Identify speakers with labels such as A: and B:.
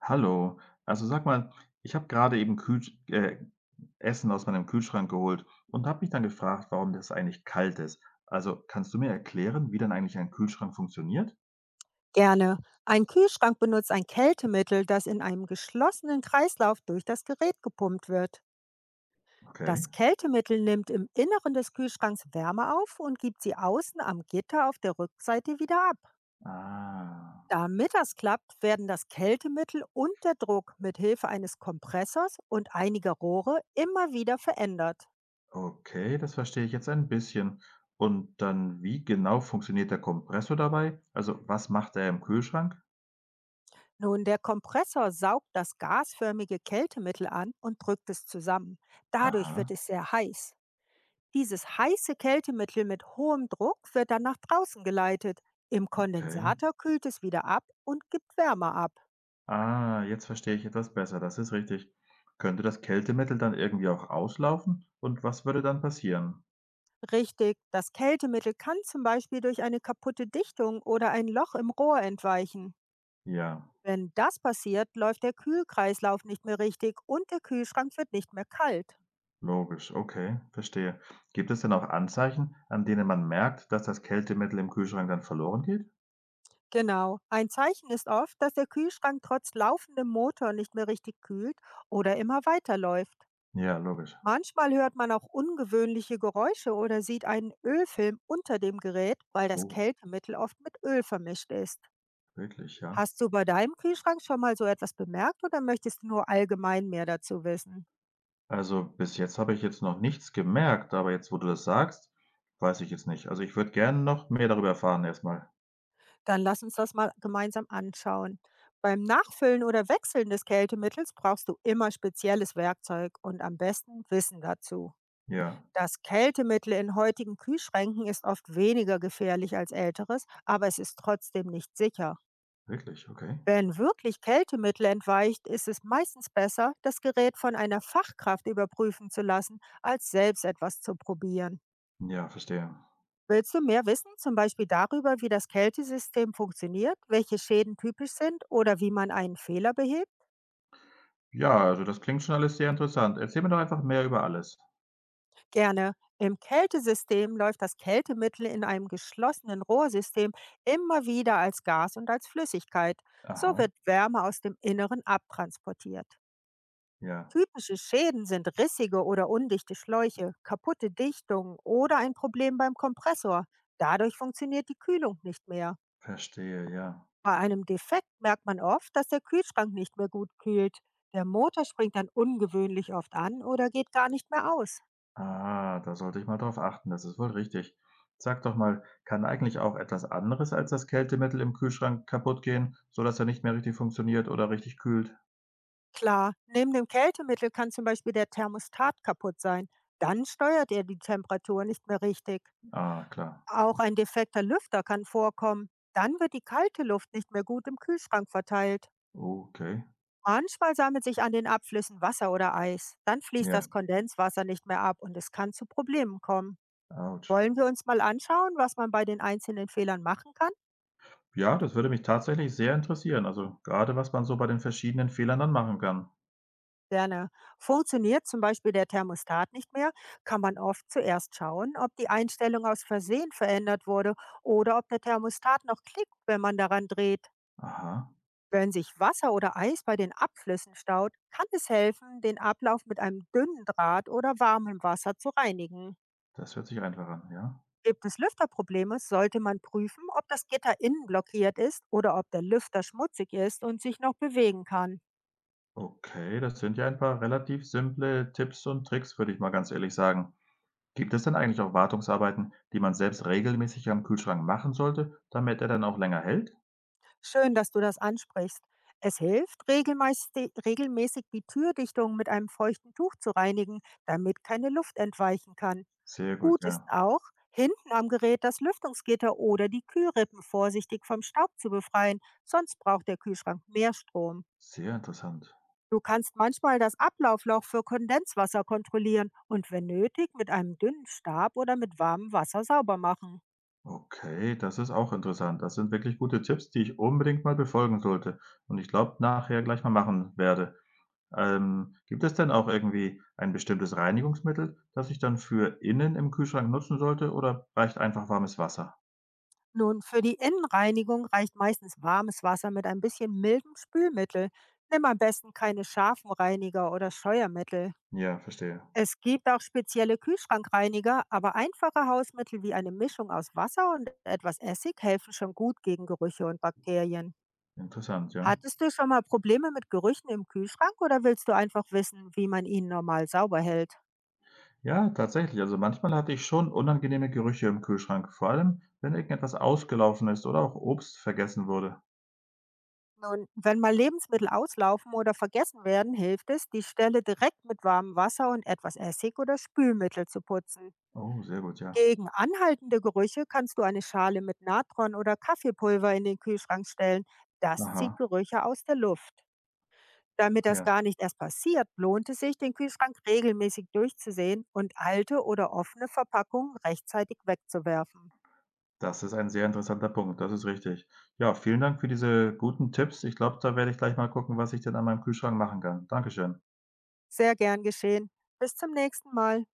A: Hallo. Also sag mal, ich habe gerade eben Kühlsch Essen aus meinem Kühlschrank geholt und habe mich dann gefragt, warum das eigentlich kalt ist. Also kannst du mir erklären, wie dann eigentlich ein Kühlschrank funktioniert?
B: Gerne. Ein Kühlschrank benutzt ein Kältemittel, das in einem geschlossenen Kreislauf durch das Gerät gepumpt wird.
A: Okay.
B: Das Kältemittel nimmt im Inneren des Kühlschranks Wärme auf und gibt sie außen am Gitter auf der Rückseite wieder ab.
A: Ah,
B: Damit das klappt, werden das Kältemittel und der Druck mit Hilfe eines Kompressors und einiger Rohre immer wieder verändert.
A: okay, das verstehe ich jetzt ein bisschen. Und dann, wie genau funktioniert der Kompressor dabei? Also was macht er im Kühlschrank?
B: Nun, der Kompressor saugt das gasförmige Kältemittel an und drückt es zusammen. Dadurch wird
A: Aha,
B: es sehr heiß. Dieses heiße Kältemittel mit hohem Druck wird dann nach draußen geleitet. Im
A: okay.
B: Kondensator kühlt es wieder ab und gibt Wärme ab.
A: Ah, jetzt verstehe ich etwas besser, das ist richtig. Könnte das Kältemittel dann irgendwie auch auslaufen? Und was würde dann passieren?
B: Richtig, das Kältemittel kann zum Beispiel durch eine kaputte Dichtung oder ein Loch im Rohr entweichen.
A: Ja.
B: Wenn das passiert, läuft der Kühlkreislauf nicht mehr richtig und der Kühlschrank wird nicht mehr kalt.
A: Logisch, okay, verstehe. Gibt es denn auch Anzeichen, an denen man merkt, dass das Kältemittel im Kühlschrank dann verloren geht?
B: Genau, ein Zeichen ist oft, dass der Kühlschrank trotz laufendem Motor nicht mehr richtig kühlt oder immer weiterläuft.
A: Ja, logisch.
B: Manchmal hört man auch ungewöhnliche Geräusche oder sieht einen Ölfilm unter dem Gerät, weil das
A: Oh,
B: Kältemittel oft mit Öl vermischt ist.
A: wirklich, ja.
B: Hast du bei deinem Kühlschrank schon mal so etwas bemerkt oder möchtest du nur allgemein mehr dazu wissen?
A: Also bis jetzt habe ich jetzt noch nichts gemerkt, aber jetzt, wo du das sagst, weiß ich jetzt nicht. Also ich würde gerne noch mehr darüber erfahren erstmal.
B: Dann lass uns das mal gemeinsam anschauen. Beim Nachfüllen oder Wechseln des Kältemittels brauchst du immer spezielles Werkzeug und am besten Wissen dazu.
A: Ja,
B: Das Kältemittel in heutigen Kühlschränken ist oft weniger gefährlich als älteres, aber es ist trotzdem nicht sicher.
A: wirklich, okay.
B: Wenn wirklich Kältemittel entweicht, ist es meistens besser, das Gerät von einer Fachkraft überprüfen zu lassen, als selbst etwas zu probieren.
A: Ja, verstehe.
B: Willst du mehr wissen, zum Beispiel darüber, wie das Kältesystem funktioniert, welche Schäden typisch sind oder wie man einen Fehler behebt?
A: Ja, also das klingt schon alles sehr interessant. Erzähl mir doch einfach mehr über alles.
B: Gerne. Im Kältesystem läuft das Kältemittel in einem geschlossenen Rohrsystem immer wieder als Gas und als Flüssigkeit. So
A: Aha,
B: wird Wärme aus dem Inneren abtransportiert.
A: ja,
B: Typische Schäden sind rissige oder undichte Schläuche, kaputte Dichtungen oder ein Problem beim Kompressor. Dadurch funktioniert die Kühlung nicht mehr.
A: verstehe, ja.
B: Bei einem Defekt merkt man oft, dass der Kühlschrank nicht mehr gut kühlt. Der Motor springt dann ungewöhnlich oft an oder geht gar nicht mehr aus.
A: Ah, da sollte ich mal drauf achten, das ist wohl richtig. Sag doch mal, kann eigentlich auch etwas anderes als das Kältemittel im Kühlschrank kaputtgehen, sodass er nicht mehr richtig funktioniert oder richtig kühlt?
B: Klar, neben dem Kältemittel kann zum Beispiel der Thermostat kaputt sein. Dann steuert er die Temperatur nicht mehr richtig.
A: Ah, klar.
B: Auch ein defekter Lüfter kann vorkommen. Dann wird die kalte Luft nicht mehr gut im Kühlschrank verteilt.
A: Okay.
B: Manchmal sammelt sich an den Abflüssen Wasser oder Eis. Dann fließt das
A: Ja,
B: Kondenswasser nicht mehr ab und es kann zu Problemen kommen.
A: ouch.
B: Wollen wir uns mal anschauen, was man bei den einzelnen Fehlern machen kann?
A: Ja, das würde mich tatsächlich sehr interessieren. Also gerade, was man so bei den verschiedenen Fehlern dann machen kann.
B: Gerne. Funktioniert zum Beispiel der Thermostat nicht mehr, kann man oft zuerst schauen, ob die Einstellung aus Versehen verändert wurde oder ob der Thermostat noch klickt, wenn man daran dreht.
A: Aha,
B: Wenn sich Wasser oder Eis bei den Abflüssen staut, kann es helfen, den Ablauf mit einem dünnen Draht oder warmem Wasser zu reinigen.
A: das hört sich einfach an, ja.
B: Gibt es Lüfterprobleme, sollte man prüfen, ob das Gitter innen blockiert ist oder ob der Lüfter schmutzig ist und sich noch bewegen kann.
A: Okay, das sind ja ein paar relativ simple Tipps und Tricks, würde ich mal ganz ehrlich sagen. Gibt es denn eigentlich auch Wartungsarbeiten, die man selbst regelmäßig am Kühlschrank machen sollte, damit er dann auch länger hält?
B: Schön, dass du das ansprichst. Es hilft, regelmäßig die Türdichtung mit einem feuchten Tuch zu reinigen, damit keine Luft entweichen kann.
A: Sehr gut,
B: Gut ist
A: ja.
B: auch, hinten am Gerät das Lüftungsgitter oder die Kühlrippen vorsichtig vom Staub zu befreien, sonst braucht der Kühlschrank mehr Strom.
A: Sehr interessant.
B: Du kannst manchmal das Ablaufloch für Kondenswasser kontrollieren und wenn nötig mit einem dünnen Stab oder mit warmem Wasser sauber machen.
A: Okay, das ist auch interessant. Das sind wirklich gute Tipps, die ich unbedingt mal befolgen sollte und ich glaube, nachher gleich mal machen werde. Gibt es denn auch irgendwie ein bestimmtes Reinigungsmittel, das ich dann für innen im Kühlschrank nutzen sollte oder reicht einfach warmes Wasser?
B: Nun, für die Innenreinigung reicht meistens warmes Wasser mit ein bisschen mildem Spülmittel. Nimm am besten keine scharfen Reiniger oder Scheuermittel.
A: Ja, verstehe.
B: Es gibt auch spezielle Kühlschrankreiniger, aber einfache Hausmittel wie eine Mischung aus Wasser und etwas Essig helfen schon gut gegen Gerüche und Bakterien.
A: Interessant, ja.
B: Hattest du schon mal Probleme mit Gerüchen im Kühlschrank oder willst du einfach wissen, wie man ihn normal sauber hält?
A: Ja, tatsächlich. Also manchmal hatte ich schon unangenehme Gerüche im Kühlschrank, vor allem wenn irgendetwas ausgelaufen ist oder auch Obst vergessen wurde.
B: Nun, wenn mal Lebensmittel auslaufen oder vergessen werden, hilft es, die Stelle direkt mit warmem Wasser und etwas Essig oder Spülmittel zu putzen.
A: Oh, sehr gut, ja.
B: Gegen anhaltende Gerüche kannst du eine Schale mit Natron oder Kaffeepulver in den Kühlschrank stellen. Das zieht
A: Aha,
B: Gerüche aus der Luft. Damit das
A: ja.
B: gar nicht erst passiert, lohnt es sich, den Kühlschrank regelmäßig durchzusehen und alte oder offene Verpackungen rechtzeitig wegzuwerfen.
A: Das ist ein sehr interessanter Punkt, das ist richtig. Ja, vielen Dank für diese guten Tipps. Ich glaube, da werde ich gleich mal gucken, was ich denn an meinem Kühlschrank machen kann. Dankeschön.
B: Sehr gern geschehen. Bis zum nächsten Mal.